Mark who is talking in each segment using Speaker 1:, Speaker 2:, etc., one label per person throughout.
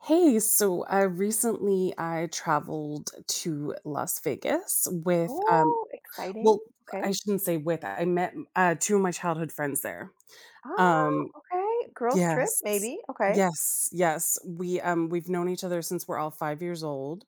Speaker 1: Hey, recently I traveled to Las Vegas with,
Speaker 2: Oh, exciting.
Speaker 1: well,
Speaker 2: Okay.
Speaker 1: I shouldn't say with. I met two of my childhood friends there.
Speaker 2: Oh,
Speaker 1: Um,
Speaker 2: okay. Girls trip
Speaker 1: yes,
Speaker 2: maybe. Okay.
Speaker 1: yes. We've known each other since we're all 5 years old,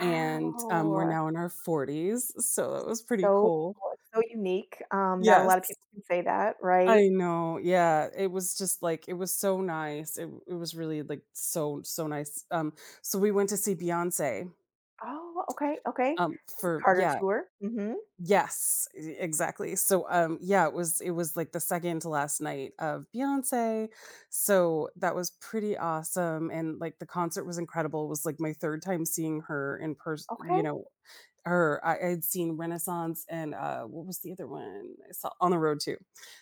Speaker 1: and we're now in our forties, so that was pretty
Speaker 2: So
Speaker 1: cool.
Speaker 2: cool, so unique. Not a lot of
Speaker 1: Yes,
Speaker 2: people can say that, right?
Speaker 1: I know. Yeah, it was just like it was so nice. It was really like so nice. So we went to see Beyonce.
Speaker 2: Oh, okay, okay. So
Speaker 1: For
Speaker 2: Carter
Speaker 1: yeah,
Speaker 2: tour. Mhm.
Speaker 1: yes, e Exactly. Yeah, it was, like, the second to last night of Beyoncé, so that was pretty awesome, and, like, the concert was incredible. It was, like, my 3rd time seeing her in person.
Speaker 2: Okay,
Speaker 1: You know, her I had seen Renaissance and, what was the other one I saw? On the Road too.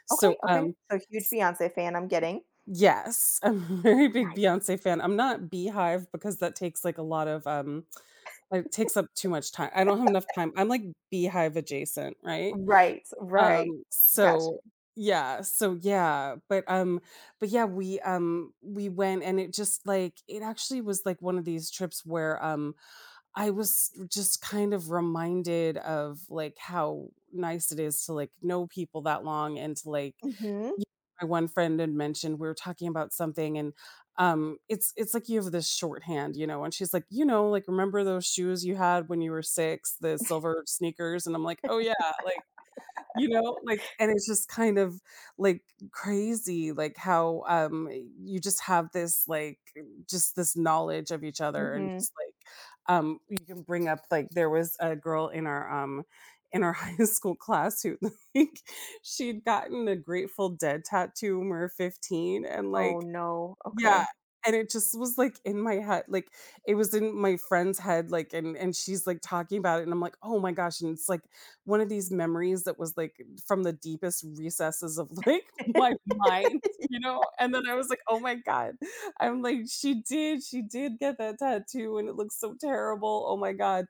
Speaker 1: So,
Speaker 2: okay, okay.
Speaker 1: um
Speaker 2: So huge Beyoncé fan, I'm getting.
Speaker 1: yes, I'm a very big
Speaker 2: Nice.
Speaker 1: Beyoncé fan. I'm not Beehive because that takes, like, a lot of, it takes up too much time. I don't have enough time. I'm, like, Beehive adjacent, right?
Speaker 2: Right, right.
Speaker 1: Um,
Speaker 2: Gotcha.
Speaker 1: so yeah, so, but yeah, we we went and it just, like it actually was, like, one of these trips where, I was just kind of reminded of, like, how nice it is to, like, know people that long and to, like,
Speaker 2: Mhm,
Speaker 1: Y My one friend had mentioned we were talking about something, and it's like you have this shorthand, you know, and she's like, "You know, like, remember those shoes you had when you were 6, the silver sneakers?" And I'm like, "Oh, yeah," like and it's just kind of, like, crazy, like, how, you just have this, like, just this knowledge of each other and
Speaker 2: mhm.
Speaker 1: just, like, you can bring up like, there was a girl in our high school class who, like she'd gotten a Grateful Dead tattoo when we were 15 and,
Speaker 2: Oh,
Speaker 1: like,
Speaker 2: no.
Speaker 1: yeah,
Speaker 2: Okay.
Speaker 1: and it just was, like, in my head, like, it was in my friend's head, like, and she's, like, talking about it, and I'm like, "Oh my gosh," and it's, like, one of these memories that was, like, from the deepest recesses of, like, my mind, you know. And then I was like, "Oh my god," I'm like, "She did get that tattoo, and it looks so terrible, oh my god,"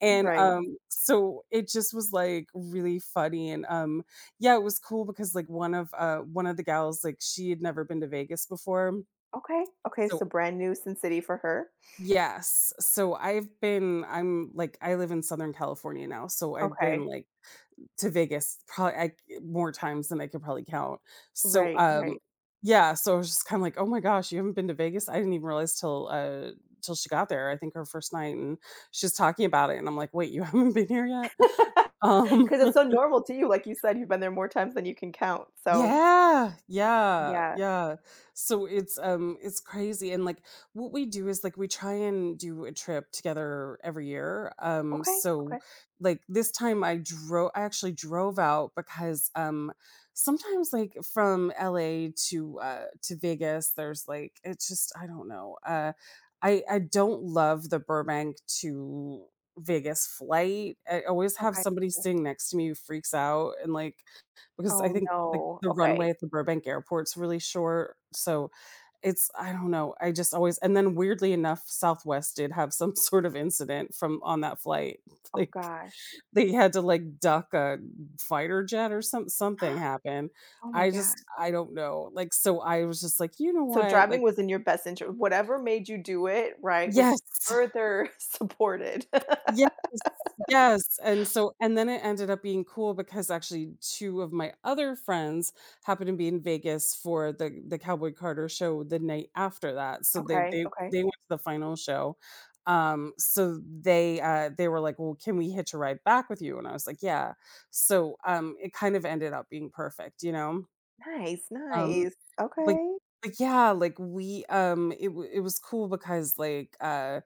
Speaker 1: and,
Speaker 2: Right.
Speaker 1: so it just was, like, really funny, and, yeah, it was cool because, like, one of the gals, like, she had never been to Vegas before
Speaker 2: Okay, okay,
Speaker 1: so
Speaker 2: so brand new Sin City for her.
Speaker 1: yes. So I'm, like, I live in Southern California now, so I've been,
Speaker 2: Okay.
Speaker 1: like, to Vegas probably I more times than I could probably count. So,
Speaker 2: Right,
Speaker 1: um
Speaker 2: right.
Speaker 1: yeah, so I was just kinda like, "Oh my gosh, you haven't been to Vegas?" I didn't even realize till she got there, I think her first night, and she's talking about it, and I'm like, "Wait, you haven't been here yet?" Um
Speaker 2: 'Cause it's so normal to you, like you said, you've been there more times than you can count, so
Speaker 1: Yeah, yeah,
Speaker 2: yeah.
Speaker 1: yeah. So it's crazy and like what we do is like we try and do a trip together every year.
Speaker 2: Okay,
Speaker 1: So
Speaker 2: okay,
Speaker 1: like this time I actually drove out because sometimes like from LA to Vegas there's like it's just I don't know. I don't love the Burbank to Vegas flight. I always have
Speaker 2: okay,
Speaker 1: somebody
Speaker 2: okay.
Speaker 1: sitting next to me who freaks out and like because I
Speaker 2: Oh,
Speaker 1: think, like,
Speaker 2: no.
Speaker 1: the runway
Speaker 2: Okay.
Speaker 1: at the Burbank Airport's really short, so it's I don't know, I just always and then weirdly enough, Southwest did have some sort of incident from on that flight,
Speaker 2: Oh,
Speaker 1: like,
Speaker 2: gosh.
Speaker 1: they had to, like, duck a fighter jet or something happened.
Speaker 2: Oh my
Speaker 1: I
Speaker 2: god.
Speaker 1: just I don't know, like, so I was just like, "You know
Speaker 2: So
Speaker 1: what?" Like
Speaker 2: driving was in your best interest, whatever made you do it, right, was
Speaker 1: yes.
Speaker 2: further supported.
Speaker 1: Yes, yes, and so and then it ended up being cool because actually 2 of my other friends happened to be in Vegas for the Cowboy Carter show the night after that, so they
Speaker 2: Okay,
Speaker 1: they
Speaker 2: okay.
Speaker 1: they went to the final show. So they were like, "Well, can we hitch a ride back with you?" And I was like, "Yeah," so, it kind of ended up being perfect, you know.
Speaker 2: Nice,
Speaker 1: um,
Speaker 2: nice.
Speaker 1: but
Speaker 2: Okay.
Speaker 1: but yeah, like, it w it was cool because, like,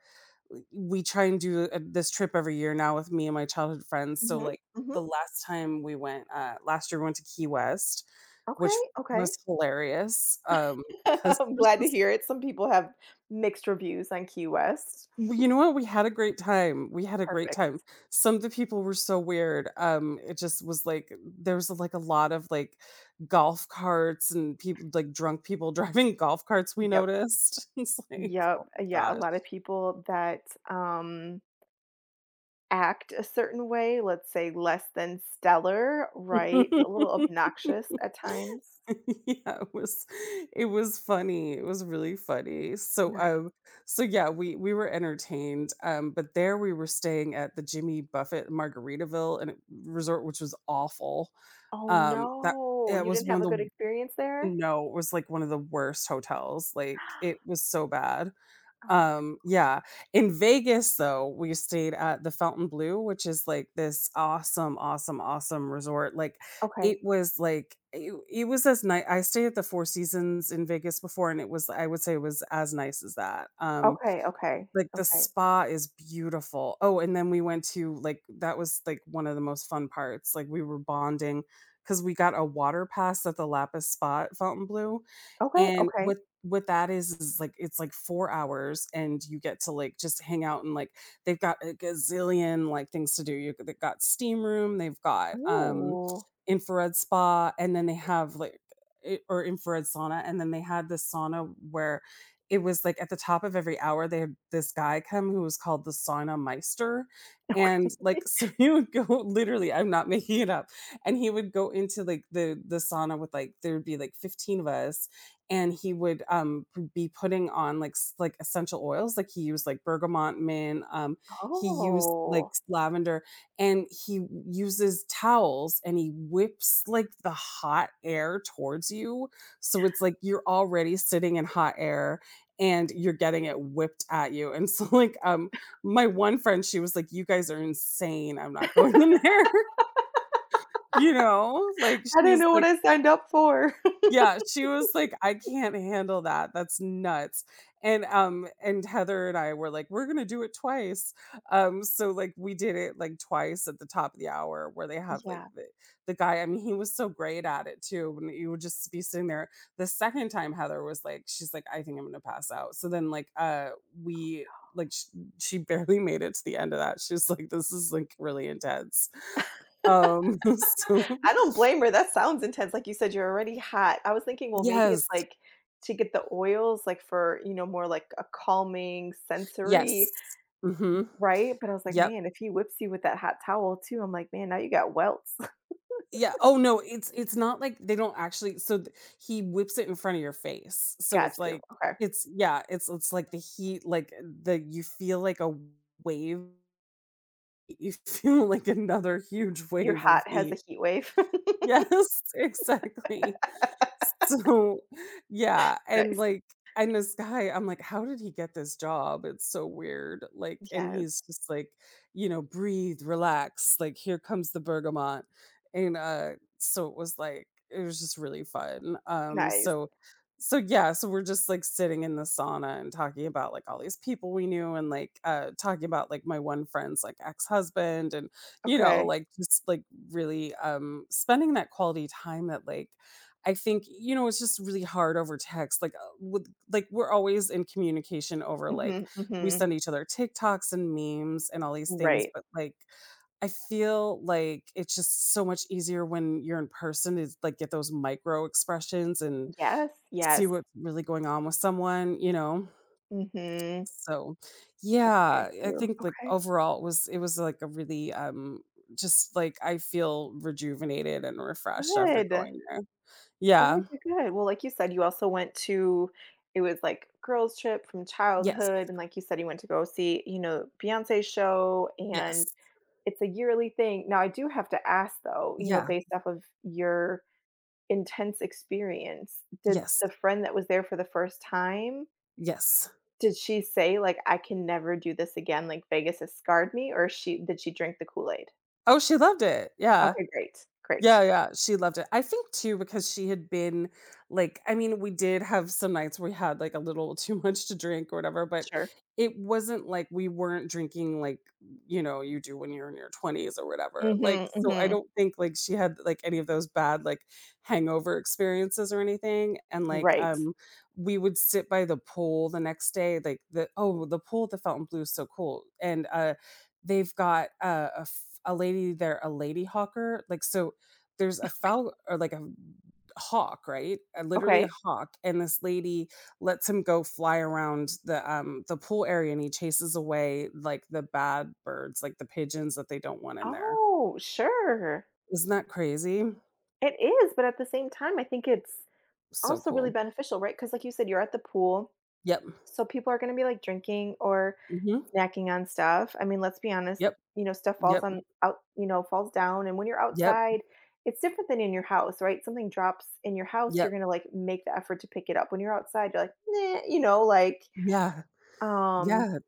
Speaker 1: we try and do this trip every year now with me and my childhood friends. So
Speaker 2: Mhm,
Speaker 1: like
Speaker 2: mhm.
Speaker 1: the last time we went, last year we went to Key West,
Speaker 2: Okay,
Speaker 1: which
Speaker 2: okay.
Speaker 1: was hilarious.
Speaker 2: I'm glad to hear it. Some people have mixed reviews on Key West.
Speaker 1: You know what, we had a great time. We had a great
Speaker 2: Perfect.
Speaker 1: time. Some of the people were so weird. It just was like there was like a lot of like golf carts and people like drunk people driving golf carts. We
Speaker 2: Yep.
Speaker 1: noticed. It's like,
Speaker 2: Yep.
Speaker 1: oh my
Speaker 2: Yeah, a lot of people that um act a certain way, let's say less than stellar,
Speaker 1: gosh.
Speaker 2: right? A little obnoxious at times.
Speaker 1: Yeah, it was funny. It was really funny.
Speaker 2: Nice.
Speaker 1: So yeah, we were entertained. But there we were staying at the Jimmy Buffett in Margaritaville and resort, which was awful.
Speaker 2: Oh
Speaker 1: That
Speaker 2: no,
Speaker 1: It
Speaker 2: you
Speaker 1: was
Speaker 2: didn't
Speaker 1: one
Speaker 2: have
Speaker 1: of
Speaker 2: a
Speaker 1: the
Speaker 2: good experience there?
Speaker 1: no, it was like one of the worst hotels. Like it was so bad.
Speaker 2: Oh,
Speaker 1: Yeah. In Vegas, though, we stayed at the Fountain Blue, which is like this awesome, awesome, awesome resort. Like it
Speaker 2: okay.
Speaker 1: was like it was as nice. I stayed at the Four Seasons in Vegas before, and it was I would say it was as nice as that.
Speaker 2: Okay, okay.
Speaker 1: Like, the
Speaker 2: Okay.
Speaker 1: spa is beautiful. Oh, and then we went to, like that was, like, one of the most fun parts, like, we were bonding because we got a water pass at the Lapis Spa at Fontainebleau,
Speaker 2: Okay,
Speaker 1: and
Speaker 2: okay.
Speaker 1: what that is, like it's, like, 4 hours, and you get to, like, just hang out and, like they've got a gazillion, like, things to do. You They've got steam room, they've got,
Speaker 2: Oh.
Speaker 1: infrared spa, and then they have, like, I or infrared sauna, and then they had this sauna where it was like at the top of every hour they had this guy come who was called the sauna meister, and like so he would go literally I'm not making it up, and he would go into like the sauna with like there would be like 15 of us, and he would be putting on like like essential oils, like he used like bergamot mint, he used like
Speaker 2: Oh.
Speaker 1: lavender, and he uses towels and he whips like the hot air towards you, so it's like you're already sitting in hot air and you're getting it whipped at you. And so, like, my one friend, she was like, "You guys are insane. I'm not going in there." You know? Like,
Speaker 2: I didn't
Speaker 1: she's
Speaker 2: know what
Speaker 1: like
Speaker 2: I signed up for.
Speaker 1: yeah, she was like, "I can't handle that, that's nuts." And Heather and I were like, "We're gonna do it twice." So, like, we did it, like, twice at the top of the hour where they have, like,
Speaker 2: Yeah.
Speaker 1: the guy I mean, he was so great at it too, and you would just be sitting there. The second time Heather was like she's like, "I think I'm gonna pass out." So then, like, we like, sh she barely made it to the end of that. She was like, "This is, like, really intense." So
Speaker 2: I don't blame her, that sounds intense, like you said, you're already hot. I was thinking, well, maybe it's,
Speaker 1: yes,
Speaker 2: like, to get the oils, like, for, more, like, a calming
Speaker 1: yes.
Speaker 2: sensory,
Speaker 1: Mhm.
Speaker 2: right? But I was like,
Speaker 1: Yep.
Speaker 2: "Man, if he whips you with that hot towel too," I'm like, "Man, now you got welts."
Speaker 1: Yeah. Oh, no, it's not like they don't actually so th he whips it in front of your face. So
Speaker 2: Got
Speaker 1: it's
Speaker 2: you,
Speaker 1: like
Speaker 2: okay.
Speaker 1: it's yeah, it's like the heat, like, the you feel like a wave. You feel like another huge
Speaker 2: Your
Speaker 1: wave of
Speaker 2: hot, has a
Speaker 1: heat.
Speaker 2: heat wave.
Speaker 1: Yes, exactly. So, yeah, and,
Speaker 2: Nice.
Speaker 1: like and this guy, I'm like, "How did he get this job? It's so weird." Like, and
Speaker 2: Yes,
Speaker 1: he's just like, you know, "Breathe, relax, like, here comes the bergamot." And, uh, so it was, it was just really fun.
Speaker 2: nice,
Speaker 1: So, yeah, so we're just, like, sitting in the sauna and talking about, like, all these people we knew, and, like, talking about, like, my one friend's, like, ex-husband and, you know,
Speaker 2: okay.
Speaker 1: like, just, like, really, spending that quality time that, like, I think, you know, it's just really hard over text, like, we're always in communication over, like
Speaker 2: Mhm,
Speaker 1: we
Speaker 2: mhm.
Speaker 1: send each other TikToks and memes and all these things,
Speaker 2: Right.
Speaker 1: but, like, I feel like it's just so much easier when you're in person to like, get those micro expressions and
Speaker 2: Yes,
Speaker 1: see
Speaker 2: yes.
Speaker 1: what's really going on with someone, you know?
Speaker 2: Mhm.
Speaker 1: So,
Speaker 2: That's very
Speaker 1: yeah, I
Speaker 2: true.
Speaker 1: think, like,
Speaker 2: Okay,
Speaker 1: overall it was, like, a really, just, like, I feel rejuvenated and refreshed after
Speaker 2: good.
Speaker 1: going there. Yeah.
Speaker 2: Good, good, good. Well, like you said, you also went to, it was like girls' trip from
Speaker 1: Yes.
Speaker 2: childhood, and like you said, you went to go see, Beyonce's show, and
Speaker 1: Yes.
Speaker 2: it's a yearly thing. Now, I do have to ask though, you know,
Speaker 1: Yeah.
Speaker 2: based off of your intense experience, did
Speaker 1: Yes.
Speaker 2: the friend that was there for the first time,
Speaker 1: Yes.
Speaker 2: did she say like, "I can never do this again, like Vegas has scarred me," or she did she drink the Kool-Aid?
Speaker 1: Oh, she loved it. Yeah.
Speaker 2: Okay, great,
Speaker 1: Yeah,
Speaker 2: great,
Speaker 1: yeah, she loved it. I think too because she had been like I mean, we did have some nights where we had like a little too much to drink or whatever, but
Speaker 2: sure.
Speaker 1: it wasn't like we weren't drinking like, you know, you do when you're in your 20s or whatever.
Speaker 2: Mhm,
Speaker 1: Like, so I
Speaker 2: mhm.
Speaker 1: don't think like she had like any of those bad like hangover experiences or anything. And like
Speaker 2: Right.
Speaker 1: We would sit by the pool the next day, like the oh, the pool at the Fountain Blue is so cool. And They've got a lady there, a lady hawker. Like so, there's a fowl or like a hawk, right? Literally a
Speaker 2: Okay.
Speaker 1: hawk, and this lady lets him go fly around the pool area, and he chases away, like, the bad birds, like the pigeons that they don't want in there.
Speaker 2: Oh, sure.
Speaker 1: Isn't that crazy?
Speaker 2: It is, but at the same time, I think it's
Speaker 1: So
Speaker 2: also really
Speaker 1: cool.
Speaker 2: beneficial, right? Because, like you said, you're at the pool.
Speaker 1: Yep.
Speaker 2: So people are going to be like drinking or
Speaker 1: Mhm.
Speaker 2: snacking on stuff. I mean, let's be honest,
Speaker 1: Yep,
Speaker 2: you know, stuff falls
Speaker 1: yep,
Speaker 2: on out, you know, falls down. And when you're
Speaker 1: yep,
Speaker 2: outside, it's different than in your house, right? Something drops in your house,
Speaker 1: yep.
Speaker 2: you're going to like make the effort to pick it up. When you're outside, you're like, nah, you know, like,
Speaker 1: Yeah,
Speaker 2: um,
Speaker 1: yeah,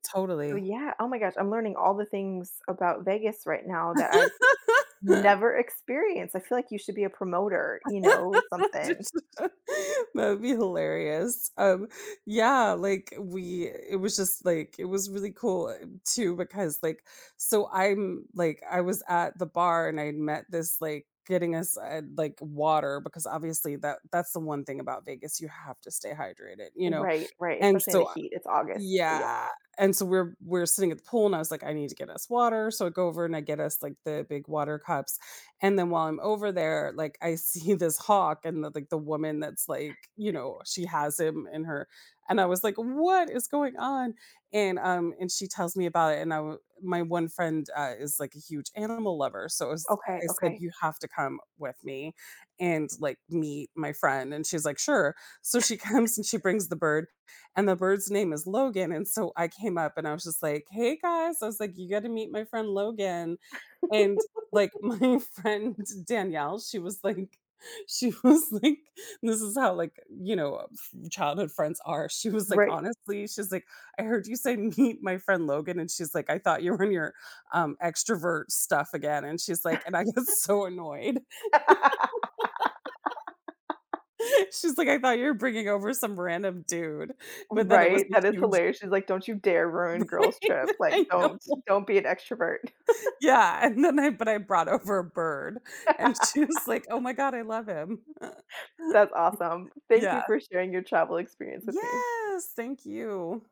Speaker 2: so
Speaker 1: totally.
Speaker 2: yeah, oh my gosh, I'm learning all the things about Vegas right now that I've never experienced. I feel like you should be a promoter, you know, something.
Speaker 1: Just- that would be hilarious. Yeah, like we, it was just like, it was really cool too, because like, so I'm like, I was at the bar, and I met this like, getting us like water because obviously that's the one thing about Vegas, you have to stay hydrated, you know,
Speaker 2: Right, right,
Speaker 1: and
Speaker 2: especially in the
Speaker 1: so
Speaker 2: heat. It's August, so yeah.
Speaker 1: yeah, and so we're sitting at the pool, and I was like, "I need to get us water," so I go over and I get us, like, the big water cups, and then while I'm over there, like, I see this hawk and the like, the woman that's, like, you know, she has him in her and I was like, "What is going on?" And she tells me about it, and I w my one friend, is, like, a huge animal lover, so I was
Speaker 2: Okay,
Speaker 1: I said,
Speaker 2: okay.
Speaker 1: "You have to come with me and, like, meet my friend," and she's like, "Sure." So she comes and she brings the bird, and the bird's name is Logan. And so I came up and I was just like, hey guys, I was like, you got to meet my friend Logan. And like my friend Danielle, she was like, she was like, this is how like, you know, childhood friends are. She was like,
Speaker 2: Right.
Speaker 1: honestly, she's like, I heard you say meet my friend Logan. And she's like, I thought you were in your extrovert stuff again. And she's like, and I got so annoyed. She's like, I thought you were bringing over some random dude, but then it was
Speaker 2: Right,
Speaker 1: a
Speaker 2: that is
Speaker 1: huge
Speaker 2: hilarious. She's like, "Don't you dare ruin girls' trip. Like,
Speaker 1: I know.
Speaker 2: don't be an extrovert."
Speaker 1: Yeah, and then I but I brought over a bird, and she was like, "Oh my god, I love him."
Speaker 2: That's awesome. Thank
Speaker 1: Yeah.
Speaker 2: you for sharing your travel experience with me.
Speaker 1: Yes, thank you.